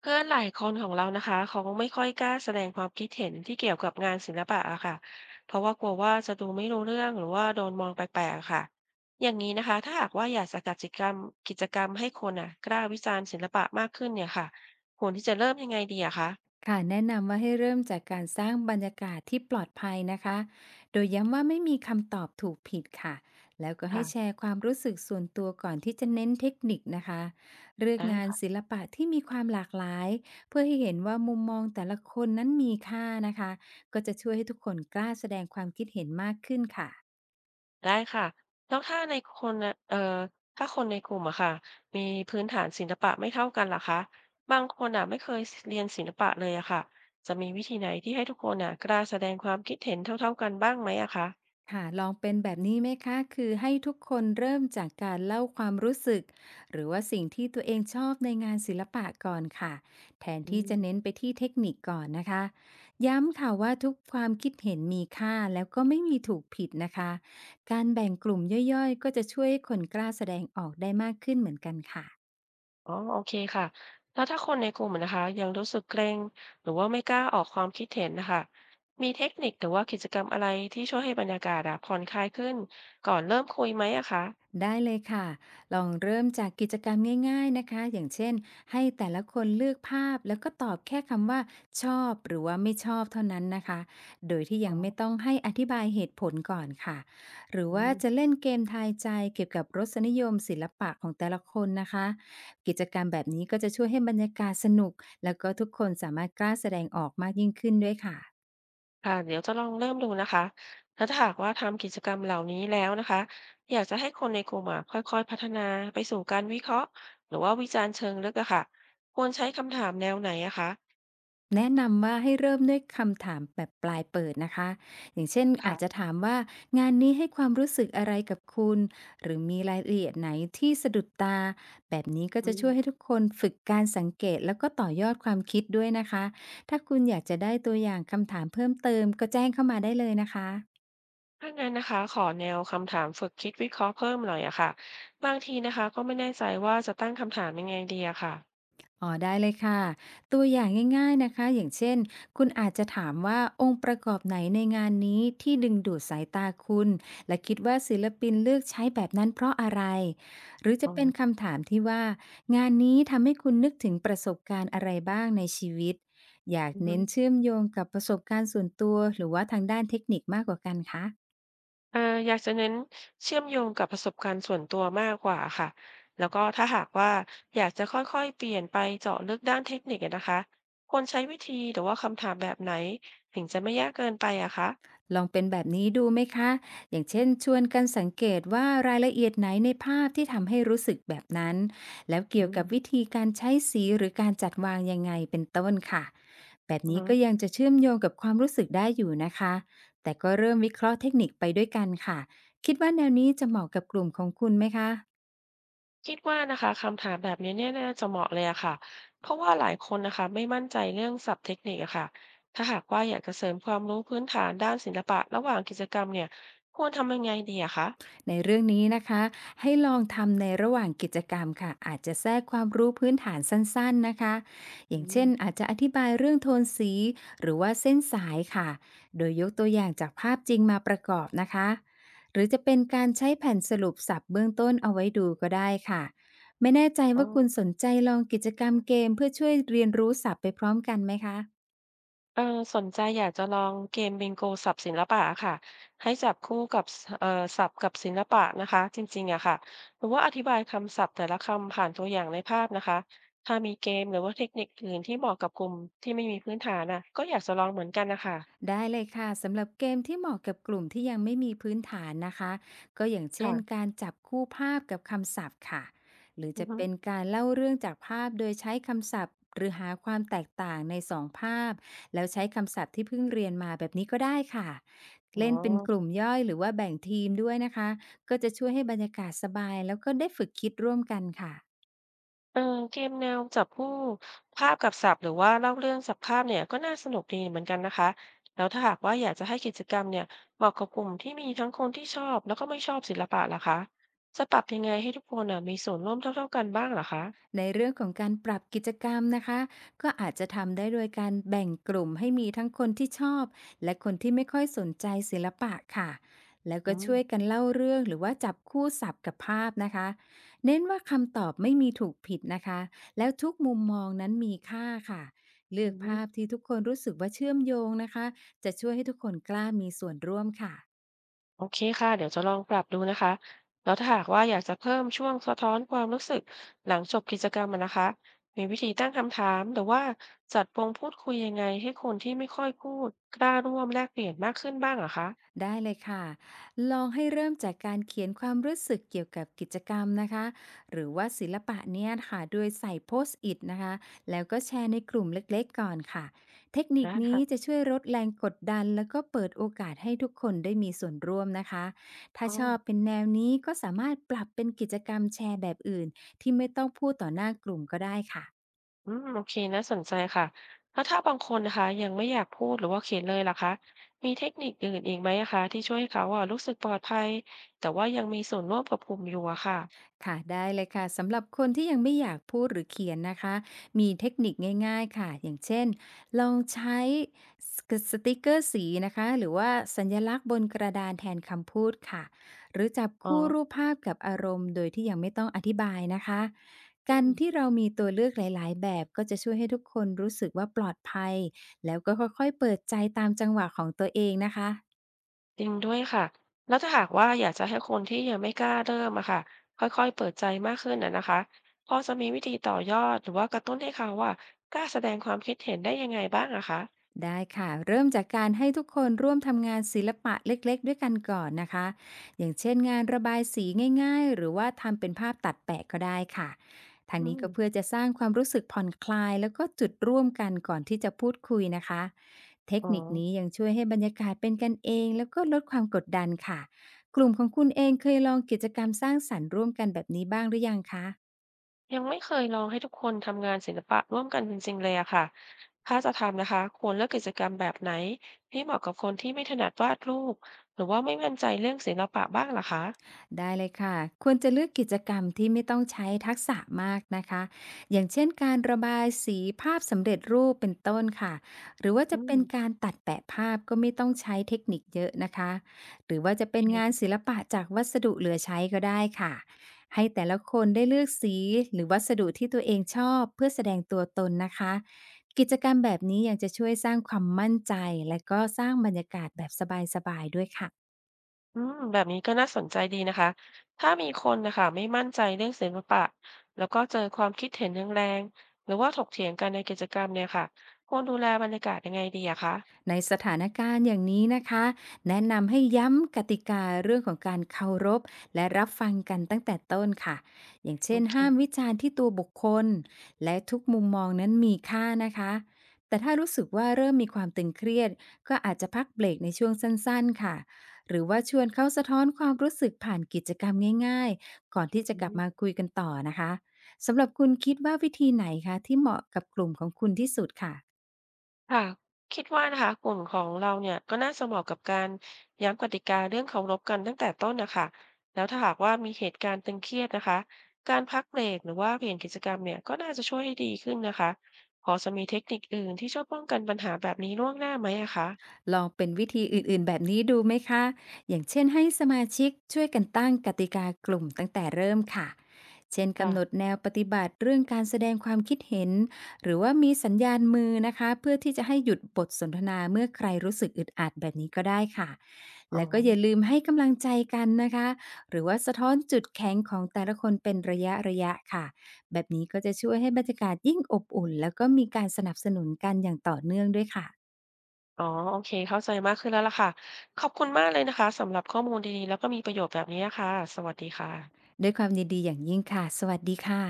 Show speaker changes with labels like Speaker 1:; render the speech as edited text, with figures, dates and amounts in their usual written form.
Speaker 1: เพื่อนหลายคนของเรานะคะเขาไม่ค่อยกล้าแสดงความคิดเห็นที่เกี่ยวกับงานศิลปะอะค่ะเพราะว่ากลัวว่าจะดูไม่รู้เรื่องหรือว่าโดนมองแปลกๆอะค่ะอย่างนี้นะคะถ้าหากว่าอยากจะจัดกิจกรรมให้คนอะกล้าวิจารณ์ศิลปะมากขึ้นเนี่ยค่ะควรที่จะเริ่มยังไงดีอะคะ
Speaker 2: ค่ะแนะนำว่าให้เริ่มจากการสร้างบรรยากาศที่ปลอดภัยนะคะโดยย้ำว่าไม่มีคำตอบถูกผิดค่ะแล้วก็ให้
Speaker 1: ค่ะ
Speaker 2: แชร์ความรู้สึกส่วนตัวก่อนที่จะเน้นเทคนิคนะคะเลือก
Speaker 1: ได้
Speaker 2: งาน
Speaker 1: ค่ะ
Speaker 2: ศิลปะที่มีความหลากหลายเพื่อให้เห็นว่ามุมมองแต่ละคนนั้นมีค่านะคะก็จะช่วยให้ทุกคนกล้าแสดงความคิดเห็นมากขึ้นค่ะ
Speaker 1: ได้ค่ะแล้วถ้าในคนน่ะถ้าคนในกลุ่มอะค่ะมีพื้นฐานศิลปะไม่เท่ากันล่ะคะบางคนอะไม่เคยเรียนศิลปะเลยอะค่ะจะมีวิธีไหนที่ให้ทุกคนน่ะกล้าแสดงความคิดเห็นเท่าๆกันบ้างไหมอะคะ
Speaker 2: ค่ะลองเป็นแบบนี้ไหมคะคือให้ทุกคนเริ่มจากการเล่าความรู้สึกหรือว่าสิ่งที่ตัวเองชอบในงานศิลปะก่อนค่ะแทน
Speaker 1: อื
Speaker 2: ที่
Speaker 1: ม
Speaker 2: จะเน้นไปที่เทคนิคก่อนนะคะย้ำค่ะว่าทุกความคิดเห็นมีค่าแล้วก็ไม่มีถูกผิดนะคะการแบ่งกลุ่มย่อยๆก็จะช่วยให้คนกล้าแสดงออกได้มากขึ้นเหมือนกันค่ะ
Speaker 1: อ๋อโอเคค่ะแล้วถ้าคนในกลุ่มอะนะคะยังรู้สึกเกรงหรือว่าไม่กล้าออกความคิดเห็นนะคะมีเทคนิคหรือว่ากิจกรรมอะไรที่ช่วยให้บรรยากาศอะผ่อนคลายขึ้นก่อนเริ่มคุยไหมอะคะ
Speaker 2: ได้เลยค่ะ ลองเริ่มจากกิจกรรมง่ายๆนะคะ อย่างเช่น ให้แต่ละคนเลือกภาพแล้วก็ตอบแค่คำว่าชอบหรือว่าไม่ชอบเท่านั้นนะคะ โดยที่ยังไม่
Speaker 1: อ๋
Speaker 2: ต้องให้อธิบายเหตุผลก่อนค่ะ หรือว่าจะ
Speaker 1: อ
Speaker 2: เล่นเกมทายใจเกี่ยวกับรสนิยมศิลปะของแต่ละคนนะคะ กิจกรรมแบบนี้ก็จะช่วยให้บรรยากาศสนุกแล้วก็ทุกคนสามารถกล้าแสดงออกมากยิ่งขึ้นด้วยค่ะ
Speaker 1: ค่ะเดี๋ยวจะลองเริ่มดูนะคะถ้าหากว่าทำกิจกรรมเหล่านี้แล้วนะคะอยากจะให้คนในกลุ่มอะค่อยๆพัฒนาไปสู่การวิเคราะห์หรือว่าวิจารณ์เชิงลึกอะค่ะควรใช้คำถามแนวไหนอะคะ
Speaker 2: แนะนำว่าให้เริ่มด้วยคำถามแบบปลายเปิดนะคะอย่างเช่นอาจจะ
Speaker 1: ค่ะ
Speaker 2: ถามว่างานนี้ให้ความรู้สึกอะไรกับคุณหรือมีรายละเอียดไหนที่สะดุดตาแบบนี้ก็
Speaker 1: อื
Speaker 2: จะช่วยให้
Speaker 1: ม
Speaker 2: ทุกคนฝึกการสังเกตแล้วก็ต่อยอดความคิดด้วยนะคะถ้าคุณอยากจะได้ตัวอย่างคำถามเพิ่มเติมก็แจ้งเข้ามาได้เลยนะคะ
Speaker 1: ถ้างั้นนะคะขอแนวคำถามฝึกคิดวิเคราะห์เพิ่มหน่อยอะค่ะบางทีนะคะก็ไม่แน่ใจว่าจะตั้งคำถามยังไงดีอะค่ะ
Speaker 2: อ๋อได้เลยค่ะตัวอย่างง่ายๆนะคะอย่างเช่นคุณอาจจะถามว่าองค์ประกอบไหนในงานนี้ที่ดึงดูดสายตาคุณและคิดว่าศิลปินเลือกใช้แบบนั้นเพราะอะไรหรือ
Speaker 1: อ๋
Speaker 2: จะเป็น
Speaker 1: อ
Speaker 2: คำถามที่ว่างานนี้ทำให้คุณนึกถึงประสบการณ์อะไรบ้างในชีวิตอยาก
Speaker 1: อือฮึ
Speaker 2: เน้นเชื่อมโยงกับประสบการณ์ส่วนตัวหรือว่าทางด้านเทคนิคมากกว่ากันคะ
Speaker 1: เอ่ออยากจะเน้นเชื่อมโยงกับประสบการณ์ส่วนตัวมากกว่าค่ะแล้วก็ถ้าหากว่าอยากจะค่อยๆเปลี่ยนไปเจาะลึกด้านเทคนิคอะนะคะควรใช้วิธีหรือว่าคำถามแบบไหนถึงจะไม่ยากเกินไปอะคะ
Speaker 2: ลองเป็นแบบนี้ดูไหมคะ อย่างเช่นชวนกันสังเกตว่ารายละเอียดไหนในภาพที่ทำให้รู้สึกแบบนั้น แล้วเกี่
Speaker 1: อื
Speaker 2: ยว
Speaker 1: ม
Speaker 2: กับวิธีการใช้สีหรือการจัดวางยังไงเป็นต้นค่ะ แบบ
Speaker 1: อือ
Speaker 2: นี้
Speaker 1: ฮึ
Speaker 2: ก็ยังจะเชื่อมโยงกับความรู้สึกได้อยู่นะคะแต่ก็เริ่มวิเคราะห์เทคนิคไปด้วยกันค่ะคิดว่าแนวนี้จะเหมาะกับกลุ่มของคุณไหมคะ
Speaker 1: คิดว่านะคะคำถามแบบนี้เนี่ยน่าจะเหมาะเลยอะค่ะเพราะว่าหลายคนนะคะไม่มั่นใจเรื่องศัพท์เทคนิคอะค่ะถ้าหากว่าอยากจะเสริมความรู้พื้นฐานด้านศิลปะระหว่างกิจกรรมเนี่ยควรทำยังไงดีอะคะ
Speaker 2: ในเรื่องนี้นะคะให้ลองทำในระหว่างกิจกรรมค่ะอาจจะแทรกความรู้พื้นฐานสั้นๆนะคะอ
Speaker 1: อื
Speaker 2: ย่าง
Speaker 1: ม
Speaker 2: เช่นอาจจะอธิบายเรื่องโทนสีหรือว่าเส้นสายค่ะโดยยกตัวอย่างจากภาพจริงมาประกอบนะคะหรือจะเป็นการใช้แผ่นสรุปสับเบื้องต้นเอาไว้ดูก็ได้ค่ะไม่แน่ใจ
Speaker 1: อ๋อ
Speaker 2: ว่าคุณสนใจลองกิจกรรมเกมเพื่อช่วยเรียนรู้ศัพท์ไปพร้อมกันไหมคะ
Speaker 1: เออสนใจอยากจะลองเกมบิงโกสับศิลปะค่ะให้จับคู่กับสศัพท์กับศิลปะนะคะจริงๆอะค่ะหรือว่าอธิบายคำศัพท์แต่ละคำผ่านตัวอย่างในภาพนะคะถ้ามีเกมหรือว่าเทคนิคอื่นที่เหมาะกับกลุ่มที่ไม่มีพื้นฐานนะก็อยากจะลองเหมือนกันนะคะ
Speaker 2: ได้เลยค่ะสำหรับเกมที่เหมาะกับกลุ่มที่ยังไม่มีพื้นฐานนะคะก็อย่างเช่น
Speaker 1: ค่ะ
Speaker 2: การจับคู่ภาพกับคำศัพท์ค่ะหรือ
Speaker 1: อือ
Speaker 2: จะ
Speaker 1: ฮึ
Speaker 2: เป็นการเล่าเรื่องจากภาพโดยใช้คำศัพท์หรือหาความแตกต่างในสองภาพแล้วใช้คำศัพท์ที่เพิ่งเรียนมาแบบนี้ก็ได้ค่ะ
Speaker 1: อ๋อ
Speaker 2: เล่นเป็นกลุ่มย่อยหรือว่าแบ่งทีมด้วยนะคะก็จะช่วยให้บรรยากาศสบายแล้วก็ได้ฝึกคิดร่วมกันค่ะ
Speaker 1: เออเกมแนวจับคู่ภาพกับศัพท์หรือว่าเล่าเรื่องจักภาพเนี่ยก็น่าสนุกดีเหมือนกันนะคะแล้วถ้าหากว่าอยากจะให้กิจกรรมเนี่ยเหมาะกับกลุ่มที่มีทั้งคนที่ชอบแล้วก็ไม่ชอบศิลปะล่ะคะจะปรับยังไงให้ทุกคนน่ะมีส่วนร่วมเท่าๆกันบ้างเหะอคะ
Speaker 2: ในเรื่องของการปรับกิจกรรมนะคะก็อาจจะทำได้โดยการแบ่งกลุ่มให้มีทั้งคนที่ชอบและคนที่ไม่ค่อยสนใจศิลปะค่ะแล้ว
Speaker 1: อื
Speaker 2: ก็ช่
Speaker 1: ม
Speaker 2: วยกันเล่าเรื่องหรือว่าจับคู่ศัพท์กับภาพนะคะเน้นว่าคำตอบไม่มีถูกผิดนะคะแล้วทุกมุมมองนั้นมีค่าค่ะเลื
Speaker 1: อื
Speaker 2: อกภาพ
Speaker 1: ม
Speaker 2: ที่ทุกคนรู้สึกว่าเชื่อมโยงนะคะจะช่วยให้ทุกคนกล้ามีส่วนร่วมค่ะ
Speaker 1: โอเคค่ะเดี๋ยวจะลองปรับดูนะคะแล้วถ้าหากว่าอยากจะเพิ่มช่วงสะท้อนความรู้สึกหลังจบกิจกรรมอะนะคะมีวิธีตั้งคำถามหรือว่าจัดวงพูดคุยยังไงให้คนที่ไม่ค่อยพูดกล้าร่วมแลกเปลี่ยนมากขึ้นบ้างเหรอะคะ
Speaker 2: ได้เลยค่ะ ลองให้เริ่มจากการเขียนความรู้สึกเกี่ยวกับกิจกรรมนะคะหรือว่าศิลปะเนี่ยค่ะโดยใส่โพสต์อิทนะคะแล้วก็แชร์ในกลุ่มเล็กๆก่อนค่ะเทคนิค
Speaker 1: ได้
Speaker 2: นี้จะ
Speaker 1: ค่ะ
Speaker 2: ช่วยลดแรงกดดันแล้วก็เปิดโอกาสให้ทุกคนได้มีส่วนร่วมนะคะถ้า
Speaker 1: อ๋อ
Speaker 2: ชอบเป็นแนวนี้ก็สามารถปรับเป็นกิจกรรมแชร์แบบอื่นที่ไม่ต้องพูดต่อหน้ากลุ่มก็ได้ค่ะ
Speaker 1: อืมโอเคนะสนใจค่ะแล้วถ้าบางคนนะคะยังไม่อยากพูดหรือว่าเขียนเลยล่ะคะมีเทคนิคอื่นอีกไหมอะคะที่ช่วยให้เขาอะรู้สึกปลอดภัยแต่ว่ายังมีส่วนร่วมกับกลุ่มอยู่อะค่ะ
Speaker 2: ค่ะได้เลยค่ะสำหรับคนที่ยังไม่อยากพูดหรือเขียนนะคะมีเทคนิคง่ายๆค่ะอย่างเช่นลองใช้สติกเกอร์สีนะคะหรือว่าสัญลักษณ์บนกระดานแทนคำพูดค่ะหรือจับ
Speaker 1: อ๋อ
Speaker 2: คู่รูปภาพกับอารมณ์โดยที่ยังไม่ต้องอธิบายนะคะการที่เรามีตัวเลือกหลายๆแบบก็จะช่วยให้ทุกคนรู้สึกว่าปลอดภัยแล้วก็ค่อยๆเปิดใจตามจังหวะของตัวเองนะคะ
Speaker 1: จริงด้วยค่ะแล้วถ้าหากว่าอยากจะให้คนที่ยังไม่กล้าเริ่มอะค่ะค่อยๆเปิดใจมากขึ้นอะนะคะพอจะมีวิธีต่อยอดหรือว่ากระตุ้นให้เขาว่ากล้าแสดงความคิดเห็นได้ยังไงบ้างอะคะ
Speaker 2: ได้ค่ะเริ่มจากการให้ทุกคนร่วมทำงานศิลปะเล็กๆด้วยกันก่อนนะคะอย่างเช่นงานระบายสีง่ายๆหรือว่าทำเป็นภาพตัดแปะก็ได้ค่ะทาง
Speaker 1: อื
Speaker 2: นี้
Speaker 1: ม
Speaker 2: ก็เพื่อจะสร้างความรู้สึกผ่อนคลายแล้วก็จุดร่วมกันก่อนที่จะพูดคุยนะคะเทค
Speaker 1: อ๋อ
Speaker 2: นิคนี้ยังช่วยให้บรรยากาศเป็นกันเองแล้วก็ลดความกดดันค่ะกลุ่มของคุณเองเคยลองกิจกรรมสร้างสรรค์ร่วมกันแบบนี้บ้างหรือยังคะ
Speaker 1: ยังไม่เคยลองให้ทุกคนทำงานศิลปะร่วมกันจริงๆเลยอะค่ะถ้าจะทำนะคะควรเลือกกิจกรรมแบบไหนที่เหมาะกับคนที่ไม่ถนัดวาดรูปหรือว่าไม่มั่นใจเรื่องศิลปะบ้างล่ะคะ
Speaker 2: ได้เลยค่ะควรจะเลือกกิจกรรมที่ไม่ต้องใช้ทักษะมากนะคะอย่างเช่นการระบายสีภาพสำเร็จรูปเป็นต้นค่ะหรือว่า
Speaker 1: อื
Speaker 2: จะเป็น
Speaker 1: ม
Speaker 2: การตัดแปะภาพก็ไม่ต้องใช้เทคนิคเยอะนะคะหรือว่าจะ
Speaker 1: โอ
Speaker 2: เป็นงาน
Speaker 1: เค
Speaker 2: ศิลปะจากวัสดุเหลือใช้ก็ได้ค่ะให้แต่ละคนได้เลือกสีหรือวัสดุที่ตัวเองชอบเพื่อแสดงตัวตนนะคะกิจกรรมแบบนี้ยังจะช่วยสร้างความมั่นใจและก็สร้างบรรยากาศแบบสบายๆด้วยค่ะ
Speaker 1: อืมแบบนี้ก็น่าสนใจดีนะคะ ถ้ามีคนนะคะไม่มั่นใจเรื่องศิลปะแล้วก็เจอความคิดเห็นแรงๆหรือว่าถกเถียงกันในกิจกรรมเนี่ยค่ะควรดูแลบรรยากาศยังไงดีอะคะ
Speaker 2: ในสถานการณ์อย่างนี้นะคะแนะนำให้ย้ำกติกาเรื่องของการเคารพและรับฟังกันตั้งแต่ต้นค่ะอย่าง
Speaker 1: โอ
Speaker 2: เช่น
Speaker 1: เค
Speaker 2: ห้ามวิจารณ์ที่ตัวบุคคลและทุกมุมมองนั้นมีค่านะคะแต่ถ้ารู้สึกว่าเริ่มมีความตึงเครียดก็อาจจะพักเบรกในช่วงสั้นๆค่ะหรือว่าชวนเขาสะท้อนความรู้สึกผ่านกิจกรรมง่ายๆก่อนที่จะ
Speaker 1: อื
Speaker 2: กลับมา
Speaker 1: ม
Speaker 2: คุยกันต่อนะคะสำหรับคุณคิดว่าวิธีไหนคะที่เหมาะกับกลุ่มของคุณที่สุดค่ะ
Speaker 1: ค่ะคิดว่านะคะกลุ่มของเราเนี่ยก็น่าจะเหมาะกับการย้ำกติกาเรื่องเคารพกันตั้งแต่ต้นนะคะแล้วถ้าหากว่ามีเหตุการณ์ตึงเครียดนะคะการพักเบรกหรือว่าเปลี่ยนกิจกรรมเนี่ยก็น่าจะช่วยให้ดีขึ้นนะคะพอจะมีเทคนิคอื่นที่ช่วยป้องกันปัญหาแบบนี้ล่วงหน้าไหมอะคะ
Speaker 2: ลองเป็นวิธีอื่นๆแบบนี้ดูไหมคะ อย่างเช่นให้สมาชิกช่วยกันตั้งกติกากลุ่มตั้งแต่เริ่มค่ะ เช่นกำหนด
Speaker 1: ค่ะ
Speaker 2: แนวปฏิบัติเรื่องการแสดงความคิดเห็น หรือว่ามีสัญญาณมือนะคะเพื่อที่จะให้หยุดบทสนทนาเมื่อใครรู้สึกอึดอัดแบบนี้ก็ได้ค่ะ
Speaker 1: อ๋อ
Speaker 2: และก็อย่าลืมให้กำลังใจกันนะคะ หรือว่าสะท้อนจุดแข็งของแต่ละคนเป็นระยะระยะค่ะแบบนี้ก็จะช่วยให้บรรยากาศยิ่งอบอุ่นแล้วก็มีการสนับสนุนกันอย่างต่อเนื่องด้วยค่ะ
Speaker 1: อ๋อโอเคเข้าใจมากขึ้นแล้วล่ะค่ะ ขอบคุณมากเลยนะคะสำหรับข้อมูลดีๆ แล้วก็มีประโยชน์แบบนี้ะค่ะสวัสดีค่ะ
Speaker 2: ด้วยความยินดีอย่างยิ่งค่ะ สวัสดีค่ะ